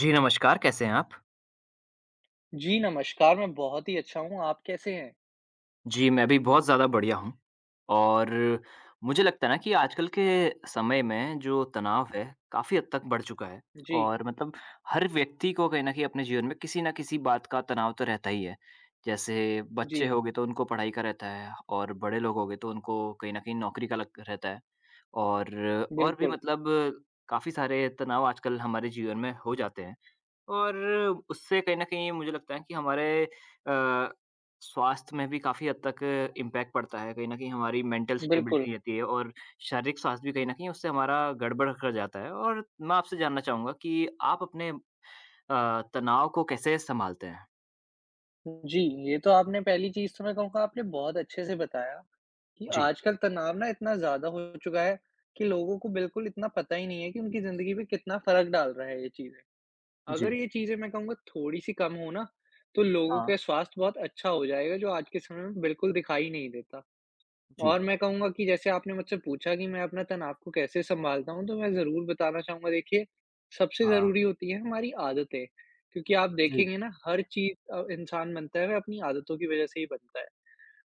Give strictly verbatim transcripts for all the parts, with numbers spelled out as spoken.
जी, नमस्कार, कैसे हैं आप? जी, नमस्कार, मैं बहुत ही अच्छा हूँ, आप कैसे हैं? जी, मैं भी बहुत ज़्यादा बढ़िया हूँ और मुझे लगता है ना कि आजकल के समय में जो तनाव है, काफ़ी हद तक बढ़ चुका है जी, और मतलब हर व्यक्ति को कहीं न कहीं अपने जीवन में किसी न किसी बात का तनाव तो रहता ही है। जैसे बच्चे जी, हो गए, तो उनको पढ़ाई का रहता है और बड़े लोग हो गए, तो उनको कहीं न कहीं नौकरी का लग रहता है और और भी बिल्कुल, मतलब काफ़ी सारे तनाव आजकल हमारे जीवन में हो जाते हैं। और उससे कहीं न कहीं मुझे लगता है कि हमारे अ, स्वास्थ्य में भी काफ़ी हद तक इम्पैक्ट पड़ता है। कहीं न कहीं हमारी मेंटल बिल्कुल। स्टेबिलिटी रहती है और शारीरिक स्वास्थ्य भी कहीं न कहीं उससे हमारा गड़बड़ कर जाता है। और मैं आपसे जानना चाहूँगा कि आप अपने अ, तनाव को कैसे सँभालते हैं? जी, ये तो आपने पहली चीज़ तो मैं कहूँगा आपने बहुत अच्छे से बताया कि जी, आजकल तनाव ना इतना ज़्यादा हो चुका है कि लोगों को बिल्कुल इतना पता ही नहीं है कि उनकी ज़िंदगी पे कितना फ़र्क डाल रहा है ये चीज़ें। अगर जी। ये चीज़ें मैं कहूँगा थोड़ी-सी कम हो ना, तो लोगों हाँ, के स्वास्थ्य बहुत अच्छा हो जाएगा, जो आज के समय में बिल्कुल दिखाई नहीं देता। जी, और मैं कहूँगा कि जैसे आपने मुझसे पूछा कि मैं अपना तनाव को कैसे सँभालता हूँ, तो मैं ज़रूर बताना चाहूँगा देखिए, सबसे हाँ, ज़रूरी होती है हमारी आदतें, क्योंकि आप जी, देखेंगे ना हर चीज़ अ, इंसान बनता है वह अपनी आदतों की वज़ह से ही बनता है।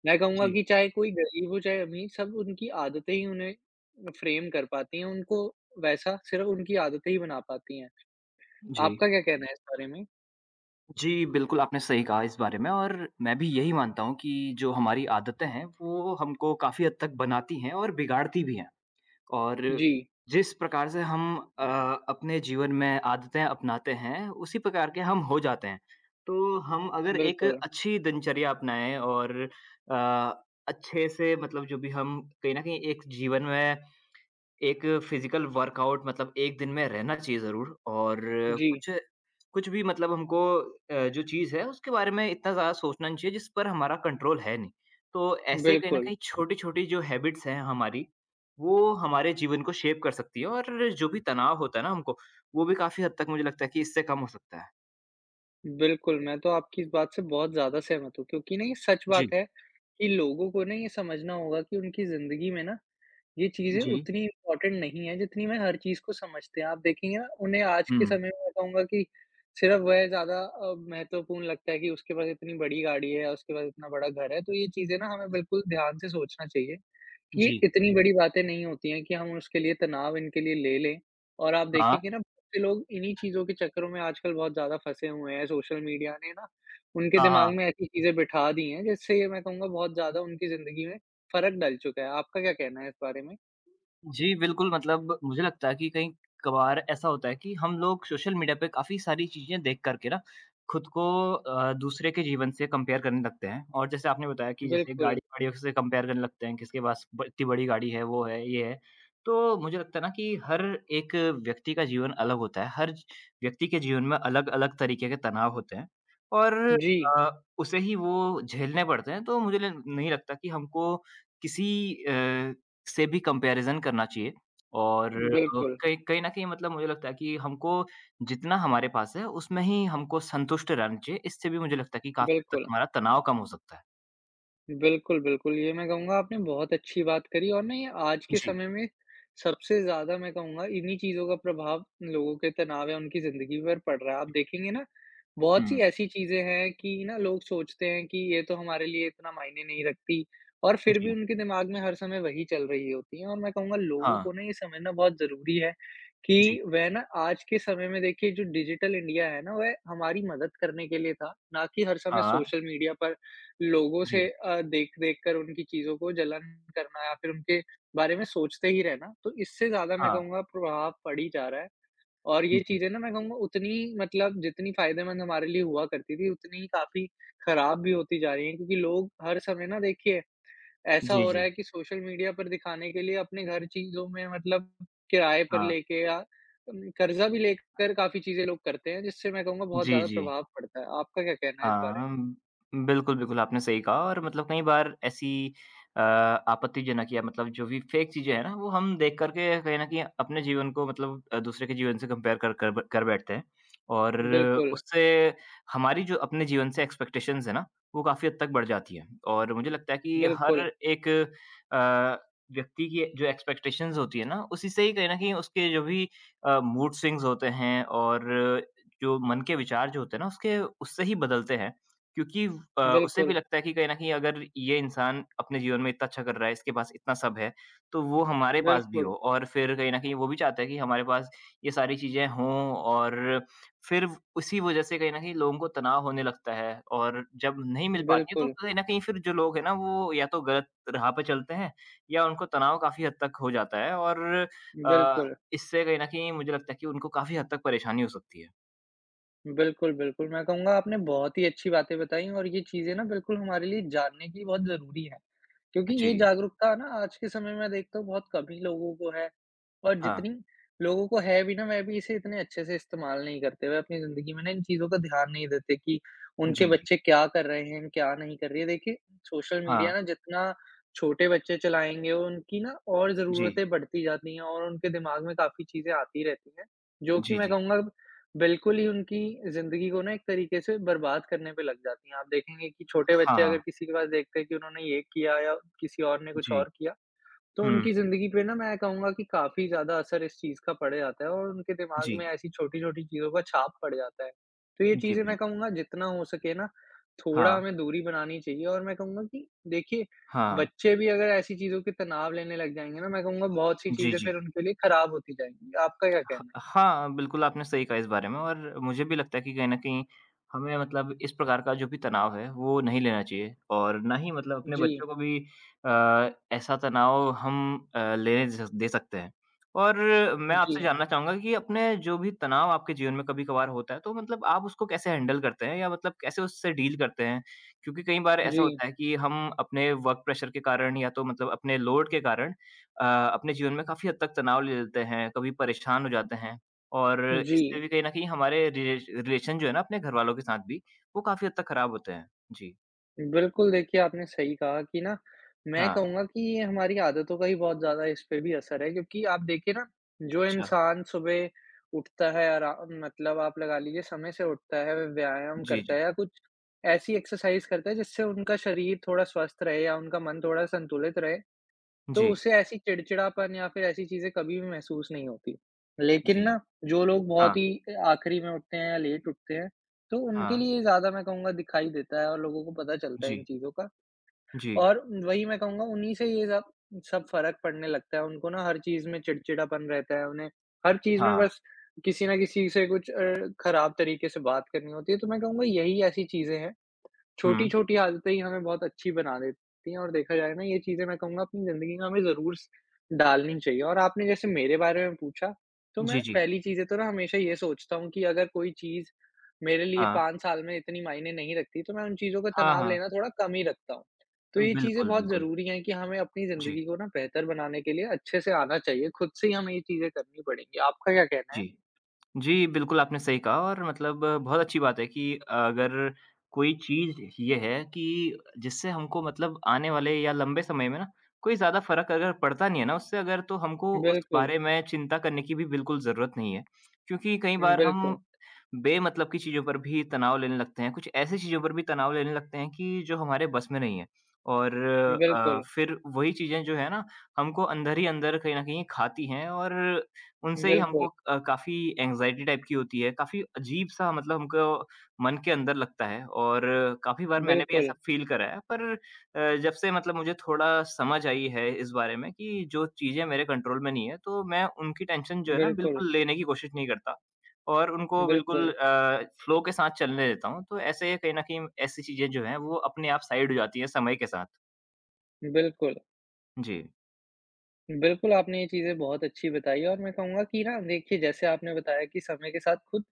मैं कहूँगा जी, कि चाहे कोई गरीब हो चाहे अमीर, सब उनकी आदतें ही उन्हें फ्रेम कर पाती हैं, उनको वैसा सिर्फ़ उनकी आदतें ही बना पाती हैं। जी। आपका क्या कहना है इस बारे में? जी, बिल्कुल आपने सही कहा इस बारे में और मैं भी यही मानता हूँ कि जो हमारी आदतें हैं, वो हमको काफ़ी हद तक बनाती हैं और बिगाड़ती भी हैं। और जी, जिस प्रकार से हम अ, अपने जीवन में आदतें अपनाते हैं, उसी प्रकार के हम हो जाते हैं। तो हम अगर एक बिल्कुल। अच्छी दिनचर्या अपनाएँ और अ, अच्छे से मतलब जो भी हम कहीं न कहीं एक जीवन में एक फिज़िकल वर्कआउट मतलब एक दिन में रहना चाहिए ज़रूर और जी, कुछ कुछ भी मतलब हमको अ, जो चीज़ है उसके बारे में इतना ज़्यादा सोचना नहीं चाहिए जिस पर हमारा कंट्रोल है नहीं। तो ऐसे कहीं न बिल्कुल। कहीं छोटी-छोटी जो हैबिट्स हैं हमारी, वो हमारे जीवन को शेप कर सकती है और जो भी तनाव होता है ना हमको, वो भी काफ़ी हद तक मुझे लगता है कि इससे कम हो सकता है। बिल्कुल, मैं तो आपकी इस बात से बहुत ज़्यादा सहमत हूँ क्योंकि ना ये सच जी। बात है कि लोगों को ना ये समझना होगा कि उनकी ज़िंदगी में ना ये चीज़ें जी। उतनी इम्पोर्टेंट नहीं है जितनी में हर चीज़ को समझते हैं। आप देखेंगे ना उन्हें आज के हुँ। समय में मैं कहूँगा कि सिर्फ़ वह ज़्यादा अ, महत्वपूर्ण लगता है कि उसके पास इतनी बड़ी गाड़ी है, उसके पास इतना बड़ा घर है, तो ये चीज़ें ना हमें बिल्कुल ध्यान से सोचना चाहिए। कि जी। इतनी बड़ी बातें नहीं होती हैं कि हम उसके लिए तनाव इनके लिए ले लें। और आप हाँ। देखेंगे ना बहुत से लोग इन्हीं चीज़ों के चक्करों में आजकल बहुत ज़्यादा फँसे हुए हैं, सोशल मीडिया ने ना उनके हाँ, दिमाग हाँ। में ऐसी चीज़ें बिठा दी हैं जिससे मैं कहूँगा बहुत ज़्यादा उनकी ज़िंदगी में फ़र्क डल चुका है। आपका क्या कहना है इस बारे में? जी, बिल्कुल मतलब मुझे लगता है कि कहीं कभार ऐसा होता है कि हम लोग सोशल मीडिया पे काफ़ी सारी चीज़ें देख कर के ना खुद को अ, दूसरे के जीवन से कंपेयर करने लगते हैं और जैसे आपने बताया कि जैसे बिल्कुल। गाड़ी-वाड़ियों से कंपेयर करने लगते हैं, किसके पास ब इतनी बड़ी गाड़ी है, वो है, ये है। तो मुझे लगता है ना कि हर एक व्यक्ति का जीवन अलग होता है, हर व्यक्ति के जीवन में अलग-अलग तरीके के तनाव होते हैं और जी, अ, उसे ही वो झेलने पड़ते हैं। तो मुझे ल नहीं लगता कि हमको किसी अ से भी कंपैरिज़न करना चाहिए और हुँ। बिल्कुल, कहीं कहीं न कहीं मतलब मुझे लगता है कि हमको जितना हमारे पास है, उसमें ही हमको संतुष्ट रहना चाहिए। इससे भी मुझे लगता है कि काफ़ी हद तक बिल्कुल। हमारा तनाव कम हो सकता है। बिल्कुल, बिल्कुल। ये मैं कहूँगा आपने बहुत अच्छी बात करी। और ना ये आज के जी। समय में सबसे ज़्यादा मैं कहूँगा इन्हीं चीज़ों का प्रभाव लोगों के तनाव या उनकी ज़िंदगी पर पड़ रहा है। आप देखेंगे ना बहुत सी हुँ। ऐसी चीज़ें हैं कि ना लोग सोचते हैं कि ये तो हमारे लिए इतना मायने नहीं रखती, और फिर भी जी। उनके दिमाग में हर समय वही चल रही होती है, और मैं कहूँगा लोगों हाँ। को ना ये समझना बहुत ज़रूरी है कि जी। वह ना आज के समय में देखिए जो डिजिटल इंडिया है ना वह हमारी मदद करने के लिए था, ना कि हर समय हाँ। सोशल मीडिया पर लोगों जी। से अ, देख-देख कर उनकी चीज़ों को जलन करना या फिर उनके बारे में सोचते ही रहना, तो इससे ज़्यादा मैं हाँ। कहूँगा प्रभाव पड़ ही जा रहा है। और ये जी। चीज़ें ना मैं कहूँगा उतनी मतलब जितनी फ़ायदेमंद हमारे लिए हुआ करती थी, उतनी ही काफ़ी खराब भी होती जा रही हैं क्योंकि लोग हर समय ना देखिए ऐसा जी, हो रहा जी। है कि सोशल मीडिया पर दिखाने के लिए अपने घर चीज़ों में मतलब किराए पर हाँ। लेके या उम, कर्ज़ा भी लेकर काफ़ी चीज़ें लोग करते हैं, जिससे मैं कहूँगा बहुत जी, ज़्यादा जी। प्रभाव पड़ता है। आपका क्या कहना है इस बारे में? हाँ, बिल्कुल, बिल्कुल आपने सही कहा और मतलब कई बार ऐसी अ, आपत्तिजनक या मतलब जो भी फ़ेक चीज़ें हैं ना, वो हम देख कर के कहीं न कहीं अपने जीवन को मतलब अ, दूसरे के जीवन से कंपेयर कर कर ब कर बैठते हैं और बिल्कुल, उससे हमारी जो अपने जीवन से एक्सपेक्टेशंस है ना, वो काफ़ी हद तक बढ़ जाती हैं और मुझे लगता है कि हर बिल्कुल। एक अ, व्यक्ति की जो एक्सपेक्टेशंस होती है ना, उसी से ही कहीं न कहीं उसके जो भी अ, मूड स्विंग्स होते हैं और जो मन के विचार जो होते हैं ना उसके उससे ही बदलते हैं क्योंकि अ, उसे भी बिल्कुल, लगता है कि कहीं न कहीं अगर ये इंसान अपने जीवन में इतना अच्छा कर रहा है, इसके पास इतना सब है, तो वो हमारे पास भी बिल्कुल, हो और फिर कहीं न कहीं वो भी चाहता है कि हमारे पास ये सारी चीज़ें हों और फिर उसी वज़ह से कहीं न कहीं लोगों को तनाव होने लगता है और जब नहीं मिल पाती है तो बिल्कुल, कहीं न कहीं फिर जो लोग हैं ना वो या तो गलत राह पे चलते हैं या उनको तनाव काफ़ी हद तक हो जाता है और अ, बिल्कुल, इससे कहीं न कहीं मुझे लगता है कि उनको काफ़ी हद तक परेशानी हो सकती है। बिल्कुल, बिल्कुल। मैं कहूँगा आपने बहुत ही अच्छी बातें बताई, और ये चीज़ें ना बिल्कुल हमारे लिए जानने की बहुत ज़रूरी हैं। क्योंकि ये जी, जागरूकता ना आज के समय में देखता हूँ बहुत कम ही लोगों को है, और हाँ। जितनी लोगों को है भी ना वह भी इसे इतने अच्छे से इस्तेमाल नहीं करते। वह अपनी ज़िंदगी में ना इन चीज़ों का ध्यान नहीं देते कि उनके जी, जी। बच्चे क्या कर रहे हैं, क्या नहीं कर रहे हैं। देखिए सोशल मीडिया हाँ। ना जितना छोटे बच्चे चलाएँगे उनकी ना और जी, ज़रूरतें बढ़ती जाती हैं, और उनके दिमाग में काफ़ी चीज़ें आती रहती हैं, जो कि जी, मैं जी। कहूँगा बिल्कुल ही उनकी ज़िंदगी को ना एक तरीके से बर्बाद करने पे लग जाती हैं। आप देखेंगे कि छोटे हाँ, बच्चे अगर हाँ। किसी के पास देखते हैं कि उन्होंने ये किया या किसी और ने कुछ जी। और किया, तो हुँ। उनकी ज़िंदगी पे ना मैं कहूँगा कि काफ़ी ज़्यादा असर इस चीज़ का पड़ जाता है, और उनके दिमाग जी। में ऐसी छोटी-छोटी चीज़ों का छाप पड़ जाता है। तो ये जी, चीज़ें मैं बिल्कुल। कहूँगा जितना हो सके ना, थोड़ा हाँ, हमें दूरी बनानी चाहिए, और मैं कहूँगा कि देखिए, हाँ। बच्चे भी अगर ऐसी चीज़ों के तनाव लेने लग जाएँगे ना, मैं कहूँगा बहुत सी जी, चीज़ें जी। फिर उनके लिए खराब होती जाएँगी। आपका क्या ह कहना है? हाँ, बिल्कुल आपने सही कहा इस बारे में और मुझे भी लगता है कि कहीं न कहीं हमें मतलब इस प्रकार का जो भी तनाव है, वो नहीं लेना चाहिए और ना ही मतलब अपने जी, बच्चों को भी अ, ऐसा तनाव हम अ, लेने दे स दे सकते हैं। और मैं जी, आपसे जानना चाहूँगा कि अपने जो भी तनाव आपके जीवन में कभी-कभार होता है, तो मतलब आप उसको कैसे हैंडल करते हैं या मतलब कैसे उससे डील करते हैं? क्योंकि कई बार ऐसा जी। होता है कि हम अपने वर्क प्रेशर के कारण या तो मतलब अपने लोड के कारण अ, अपने जीवन में काफ़ी हद तक तनाव ले लेते हैं, कभी परेशान हो जाते हैं और जी, इससे भी कहीं न कहीं हमारे रिलेश रिलेशन जो है ना अपने घरवालों के साथ भी, वो काफ़ी हद तक खराब होते हैं। जी। बिल्कुल देखिए आपने सही कहा कि ना मैं हाँ, कहूँगा कि ये हमारी आदतों का ही बहुत ज़्यादा इस पे भी असर है क्योंकि आप देखिए ना, जो अच्छा। इंसान सुबह उठता है आरा मतलब आप लगा लीजिए समय से उठता है, व्यायाम जी, करता जी। है या कुछ ऐसी एक्सरसाइज़ करता है जिससे उनका शरीर थोड़ा स्वस्थ रहे या उनका मन थोड़ा संतुलित रहे, तो जी, उसे ऐसी चिड़चिड़ापन या फिर ऐसी चीज़ें कभी भी महसूस नहीं होती। लेकिन जी, जी। ना जो लोग हाँ, बहुत ही अ, आखिरी में उठते हैं या लेट उठते हैं, तो उनके हाँ। लिए ज़्यादा मैं कहूँगा दिखाई देता है, और लोगों को पता चलता है इन जी, चीज़ों का। जी। और वही मैं कहूँगा उन्हीं से ये सब सब फ़र्क पड़ने लगता है। उनको ना हर चीज़ में चिड़चिड़ापन रहता है, उन्हें हर चीज़ में हाँ। बस किसी न किसी से कुछ अ, खराब तरीके से बात करनी होती है। तो मैं कहूँगा यही ऐसी चीज़ें हैं, हुँ। छोटी-छोटी आदतें ही हमें बहुत अच्छी बना देती हैं, और देखा जाए ना ये चीज़ें मैं कहूँगा अपनी ज़िंदगी में हमें ज़रूर स डालनी चाहिए, और आपने जैसे मेरे बारे में पूछा, तो जी, मैं जी। पहली चीज़ें तो ना हमेशा ये सोचता हूँ कि अगर कोई चीज़ मेरे लिए हाँ। पाँच साल में इतनी मायने नहीं रखती, तो मैं उन चीज़ों का हाँ, तनाव हाँ। लेना थोड़ा कम ही रखता हूँ। तो ये चीज़ें बिल्कुल, बहुत बिल्कुल। ज़रूरी हैं कि हमें अपनी जी, ज़िंदगी को ना बेहतर बनाने के लिए अच्छे से आना चाहिए, खुद से ही हमें ये चीज़ें करनी पड़ेंगी। आपका क्या कहना जी। है? जी, बिल्कुल आपने सही कहा और मतलब बहुत अच्छी बात है कि अगर कोई चीज़ ये है कि जिससे हमको मतलब आने वाले या लंबे समय में ना कोई ज़्यादा फ़र्क अगर पड़ता नहीं है ना उससे अगर तो हमको उस बिल्कुल, बारे में चिंता करने की भी बिल्कुल ज़रूरत नहीं है। क्योंकि कई बार हम बिल्कुल, बेमतलब की चीज़ों पर भी तनाव लेने लगते हैं, कुछ ऐसी चीज़ों पर भी तनाव लेने लगते हैं कि जो हमारे बस में नहीं है। और अ, बिल्कुल, फिर वही चीज़ें जो है ना हमको अंदर ही अंदर कहीं न कहीं खाती हैं और उनसे ही बिल्कुल, हमको अ, काफ़ी एंग्ज़ायटी टाइप की होती है, काफ़ी अजीब-सा मतलब हमको मन के अंदर लगता है और काफ़ी बार मैंने भी ऐसा बिल्कुल, फ़ील करा है। पर अ, जब से मतलब मुझे थोड़ा समझ आई है इस बारे में कि जो चीज़ें मेरे कंट्रोल में नहीं है, तो मैं उनकी टेंशन जो है ना बिल्कुल। बिल्कुल लेने की कोशिश नहीं करता और उनको बिल्कुल बिल्कुल, अ, फ़्लो के साथ चलने देता हूँ। तो ऐसे कहीं न कहीं ऐसी चीज़ें जो हैं वो अपने आप साइड हो जाती हैं समय के साथ। बिल्कुल। जी। बिल्कुल, आपने ये चीज़ें बहुत अच्छी बताई, और मैं कहूँगा कि ना देखिए जैसे आपने बताया कि समय के साथ खुद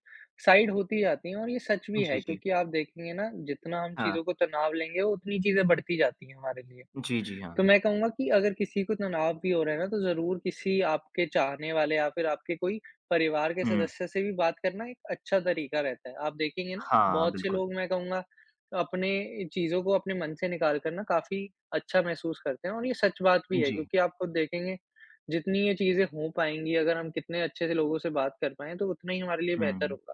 साइड होती जाती हैं, और ये सच भी जी, है जी। क्योंकि आप देखेंगे ना जितना हम हाँ। चीज़ों को तनाव लेंगे उतनी चीज़ें बढ़ती जाती हैं हमारे लिए। जी, जी, तो हाँ। मैं कहूँगा कि अगर किसी को तनाव भी हो रहा है ना, तो ज़रूर किसी आपके चाहने वाले या फिर आपके कोई परिवार के हुँ। सदस्य से भी बात करना एक अच्छा तरीका रहता है। आप देखेंगे ना, हाँ, बहुत से बिल्कुल। लोग मैं कहूँगा अपने चीज़ों को अपने मन से निकाल कर ना काफ़ी अच्छा महसूस करते हैं, और ये सच बात भी है जी। क्योंकि आप खुद देखेंगे, जितनी ये चीज़ें हो पाएँगी, अगर हम कितने अच्छे से लोगों से बात कर पाएँ, तो उतना ही हमारे लिए बेहतर हुँ। होगा।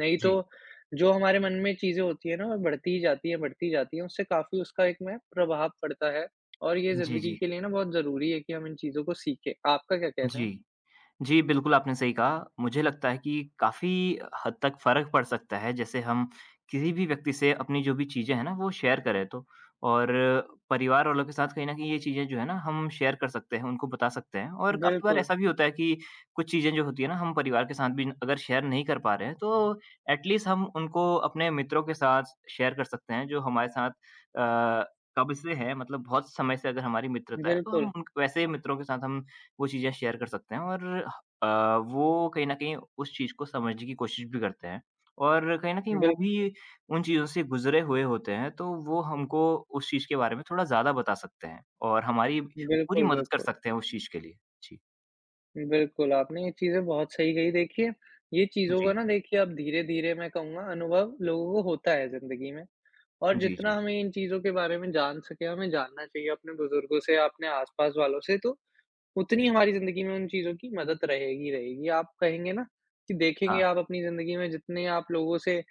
नहीं जी, तो जो हमारे मन में चीज़ें होती हैं ना, वो बढ़ती ही जाती हैं, बढ़ती जाती हैं, उससे काफ़ी उसका एक में प्रभाव पड़ता है, और ये जी, ज़िंदगी जी, के लिए ना बहुत ज़रूरी है कि हम इन चीज़ों को सीखें। आपका क्या कहना है? जी। जी, बिल्कुल आपने सही कहा। मुझे लगता है कि काफ़ी हद तक फ़र्क पड़ सकता है, जैसे हम किसी भी व्यक्ति से अपनी जो भी चीज़ें हैं ना, वो शेयर करें तो। और परिवार वालों के साथ कहीं न कहीं ये चीज़ें जो है ना, हम शेयर कर सकते हैं, उनको बता सकते हैं और काफ़ी बार बिल्कुल, ऐसा भी होता है कि कुछ चीज़ें जो होती हैं ना, हम परिवार के साथ भी अगर शेयर नहीं कर पा रहे हैं, तो एट लीस्ट हम उनको अपने मित्रों के साथ शेयर कर सकते हैं, जो हमारे साथ अ, कब से है, मतलब बहुत समय से अगर हमारी मित्रता है, तो हम बिल्कुल, उन वैसे मित्रों के साथ हम वो चीज़ें शेयर कर सकते हैं और अ, वो कहीं न कहीं उस चीज़ को समझने की कोशिश भी करते हैं और कहीं न कहीं वो बिल भी उन चीज़ों से गुज़रे हुए होते हैं, तो वो हमको उस चीज़ के बारे में थोड़ा ज़्यादा बता सकते हैं और हमारी पूरी बिल्कुल, मदद कर बिल्कुल। सकते हैं उस चीज़ के लिए। जी। बिल्कुल, आपने ये चीज़ें बहुत सही कही। देखिए, ये चीज़ों जी। का ना देखिए अब धीरे-धीरे मैं कहूँगा अनुभव लोगों को होता है ज़िंदगी में, और जी, जितना जी। हमें इन चीज़ों के बारे में जान सकें, हमें जानना चाहिए अपने बुज़ुर्गों से, अपने आस-पास वालों से, तो उतनी हमारी ज़िंदगी में उन चीज़ों की मदद रहेगी, रहेगी। आप कहेंगे ना कि देखेंगे हाँ। आप अपनी ज़िंदगी में जितने आप लोगों से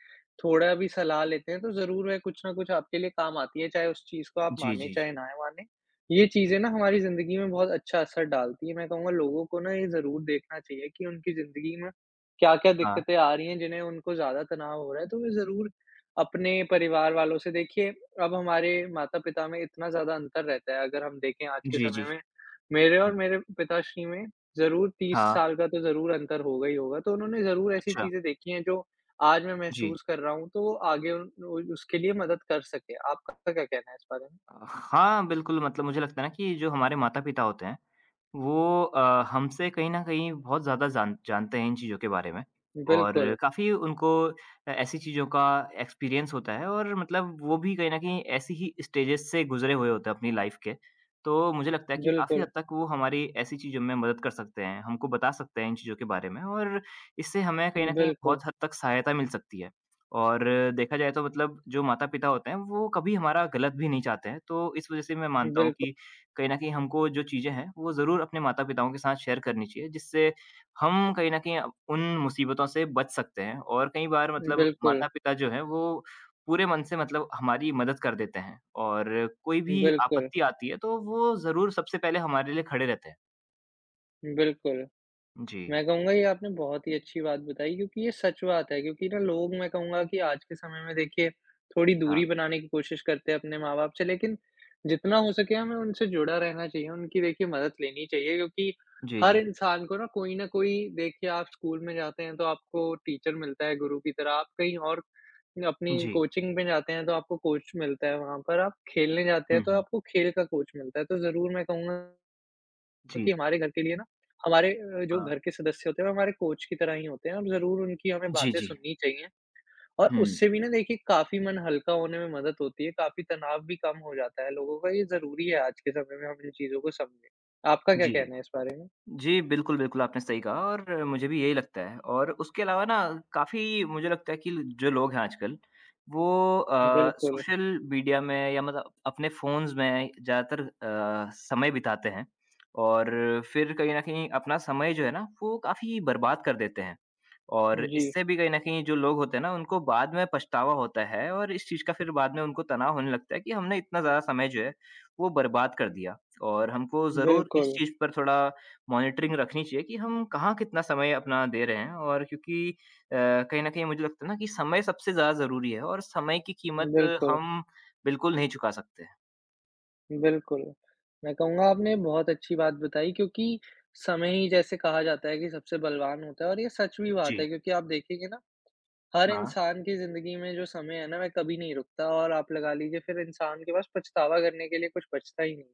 थोड़ा भी सलाह लेते हैं, तो ज़रूर वह कुछ ना कुछ आपके लिए काम आती है, चाहे उस चीज़ को आप जी, मानें, जी, चाहे जी। ना मानें। ये जी। चीज़ें ना हमारी ज़िंदगी में बहुत अच्छा असर डालती है। मैं कहूँगा लोगों को ना ये ज़रूर देखना चाहिए कि उनकी ज़िंदगी में क्या-क्या हाँ। दिक्कतें आ रही हैं, जिन्हें उनको ज़्यादा तनाव हो रहा है, तो वे ज़रूर अपने परिवार वालों से देखिए, अब हमारे माता-पिता में इतना ज़्यादा अंतर रहता है, अगर हम देखें आज के जी, जी। समय में मेरे और जी। मेरे पिताश्री में ज़रूर तीस हाँ। साल का तो ज़रूर अंतर होगा ही होगा, तो उन्होंने ज़रूर ऐसी अच्छा। चीज़ें देखी हैं जो आज मैं जी। महसूस कर रहा हूँ, तो वो आगे उन उ उसके लिए मदद कर सकें। आपका क्या कहना है इस बारे हाँ, बिल्कुल मतलब मुझे लगता है ना कि जो हमारे माता-पिता होते हैं वो अ, हमसे कहीं न कहीं बहुत ज़्यादा जान जानते हैं इन चीज़ों के बारे में में? और बिल्कुल, काफ़ी उनको अ, ऐसी चीज़ों का एक्सपीरियंस होता है और मतलब वो भी कहीं न कहीं ऐसी ही स्टेजेस से गुज़रे हुए होते हैं अपनी लाइफ़ के। तो मुझे लगता है कि काफ़ी बिल्कुल, हद तक वो हमारी ऐसी चीज़ों में मदद कर सकते हैं, हमको बता सकते हैं इन चीज़ों के बारे में और इससे हमें कहीं न कहीं बिल्कुल, बहुत हद तक सहायता मिल सकती है। और देखा जाए तो मतलब जो माता-पिता होते हैं, वो कभी हमारा गलत भी नहीं चाहते हैं, तो इस वज़ह से मैं मानता हूँ बिल्कु कि कहीं न कहीं हमको जो चीज़ें हैं, वो ज़रूर अपने माता-पिताओं के साथ शेयर करनी चाहिए, जिससे हम कहीं न कहीं अप- उन मुसीबतों से बच सकते हैं और कई बार मतलब बिल्कुल, माता-पिता जो हैं, वो पूरे मन से मतलब हमारी मदद कर देते हैं और कोई भी बिल्कुल, आपत्ति आती है, तो वो ज़रूर सबसे पहले हमारे लिए खड़े रहते हैं। बिल्कुल। जी, मैं कहूँगा ये आपने बहुत ही अच्छी बात बताई क्योंकि ये सच बात है क्योंकि ना लोग मैं कहूँगा कि आज के समय में देखिए थोड़ी हाँ। दूरी बनाने की कोशिश करते हैं अपने माँ-बाप से, लेकिन जितना हो सके हमें उनसे जुड़ा रहना चाहिए, उनकी देखिए मदद लेनी चाहिए क्योंकि जी, हर जी। इंसान को ना कोई न कोई देखिए आप स्कूल में जाते हैं तो आपको टीचर मिलता है गुरु की तरह, आप कहीं और अपनी जी। कोचिंग में जाते हैं तो आपको कोच मिलता है वहाँ पर, आप खेलने जाते हुँ, हैं तो हुँ। आपको खेल का कोच मिलता है। तो ज़रूर मैं कहूँगा क्योंकि जी, हमारे घर के लिए ना हमारे अ, जो हाँ। घर के सदस्य होते हैं वो हमारे कोच की तरह ही होते हैं, और ज़रूर उनकी हमें जी, बातें जी। सुननी चाहिए, और हुँ, उससे भी ना देखिए काफ़ी मन हल्का होने में मदद होती है, काफ़ी तनाव भी कम हो जाता है लोगों का। ये ज़रूरी है आज के समय में हम इन चीज़ों को समझें। आपका क्या जी। कहना है इस बारे में? जी, बिल्कुल, बिल्कुल, आपने सही कहा और मुझे भी यही लगता है और उसके अलावा ना काफ़ी मुझे लगता है कि जो लोग हैं आजकल, वो अ, बिल्कुल। सोशल मीडिया में या मतलब अपने फ़ोन्स में ज़्यादातर अ, समय बिताते हैं और फिर कहीं न कहीं अपना समय जो है ना, वो काफ़ी बर्बाद कर देते हैं और जी, इससे भी कहीं न कहीं जो लोग होते हैं ना, उनको बाद में पछतावा होता है और इस चीज़ का फिर बाद में उनको तनाव होने लगता है कि हमने इतना ज़्यादा समय जो है, वो बर्बाद कर दिया और हमको ज़रूर इस बिल्कुल, चीज़ पर थोड़ा मॉनिटरिंग रखनी चाहिए कि हम कहाँ कितना समय अपना दे रहे हैं और क्योंकि अ, कहीं न कहीं मुझे लगता है ना कि समय सबसे ज़्यादा ज़रूरी है और समय की कीमत बिल्कुल, हम बिल्कुल नहीं चुका सकते। बिल्कुल। मैं कहूँगा आपने बहुत अच्छी बात बताई क्योंकि समय ही जैसे कहा जाता है कि सबसे बलवान होता है, और ये सच भी बात जी। है क्योंकि आप देखेंगे ना हर हाँ। इंसान की ज़िंदगी में जो समय है ना, वह कभी नहीं रुकता, और आप लगा लीजिए फिर इंसान के पास पछतावा करने के लिए कुछ बचता ही नहीं।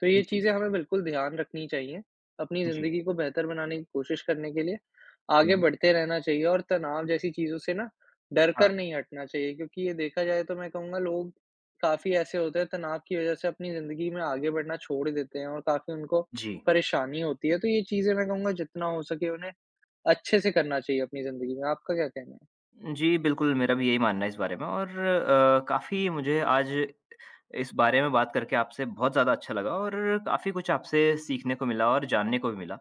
तो ये जी, चीज़ें हमें बिल्कुल ध्यान रखनी चाहिए, अपनी जी। ज़िंदगी को बेहतर बनाने की कोशिश करने के लिए आगे हुँ। बढ़ते रहना चाहिए, और तनाव जैसी चीज़ों से ना डर हाँ, कर नहीं हटना चाहिए क्योंकि ये देखा जाए तो मैं कहूँगा लोग काफ़ी ऐसे होते हैं तनाव की वज़ह से अपनी ज़िंदगी में आगे बढ़ना छोड़ देते हैं, और काफ़ी उनको जी। परेशानी होती है। तो ये चीज़ें मैं कहूँगा जितना हो सके उन्हें अच्छे से करना चाहिए अपनी ज़िंदगी में। आपका क्या कहना है? जी, बिल्कुल, मेरा भी यही मानना है इस बारे में और अ, काफ़ी मुझे आज इस बारे में बात करके आपसे बहुत ज़्यादा अच्छा लगा और काफ़ी कुछ आपसे सीखने को मिला और जानने को भी मिला।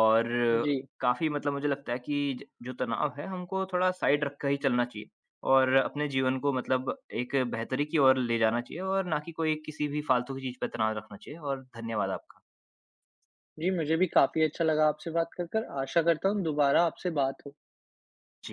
और जी। काफ़ी मतलब मुझे लगता है कि ज जो तनाव है, हमको थोड़ा साइड रख कर ही चलना चाहिए और अपने जीवन को मतलब एक बेहतरी की ओर ले जाना चाहिए और ना कि कोई किसी भी फालतू की चीज़ पे तनाव रखना चाहिए और धन्यवाद आपका। जी, मुझे भी काफ़ी अच्छा लगा आपसे बात कर कर। आशा करता हूँ दोबारा आपसे बात हो। जी।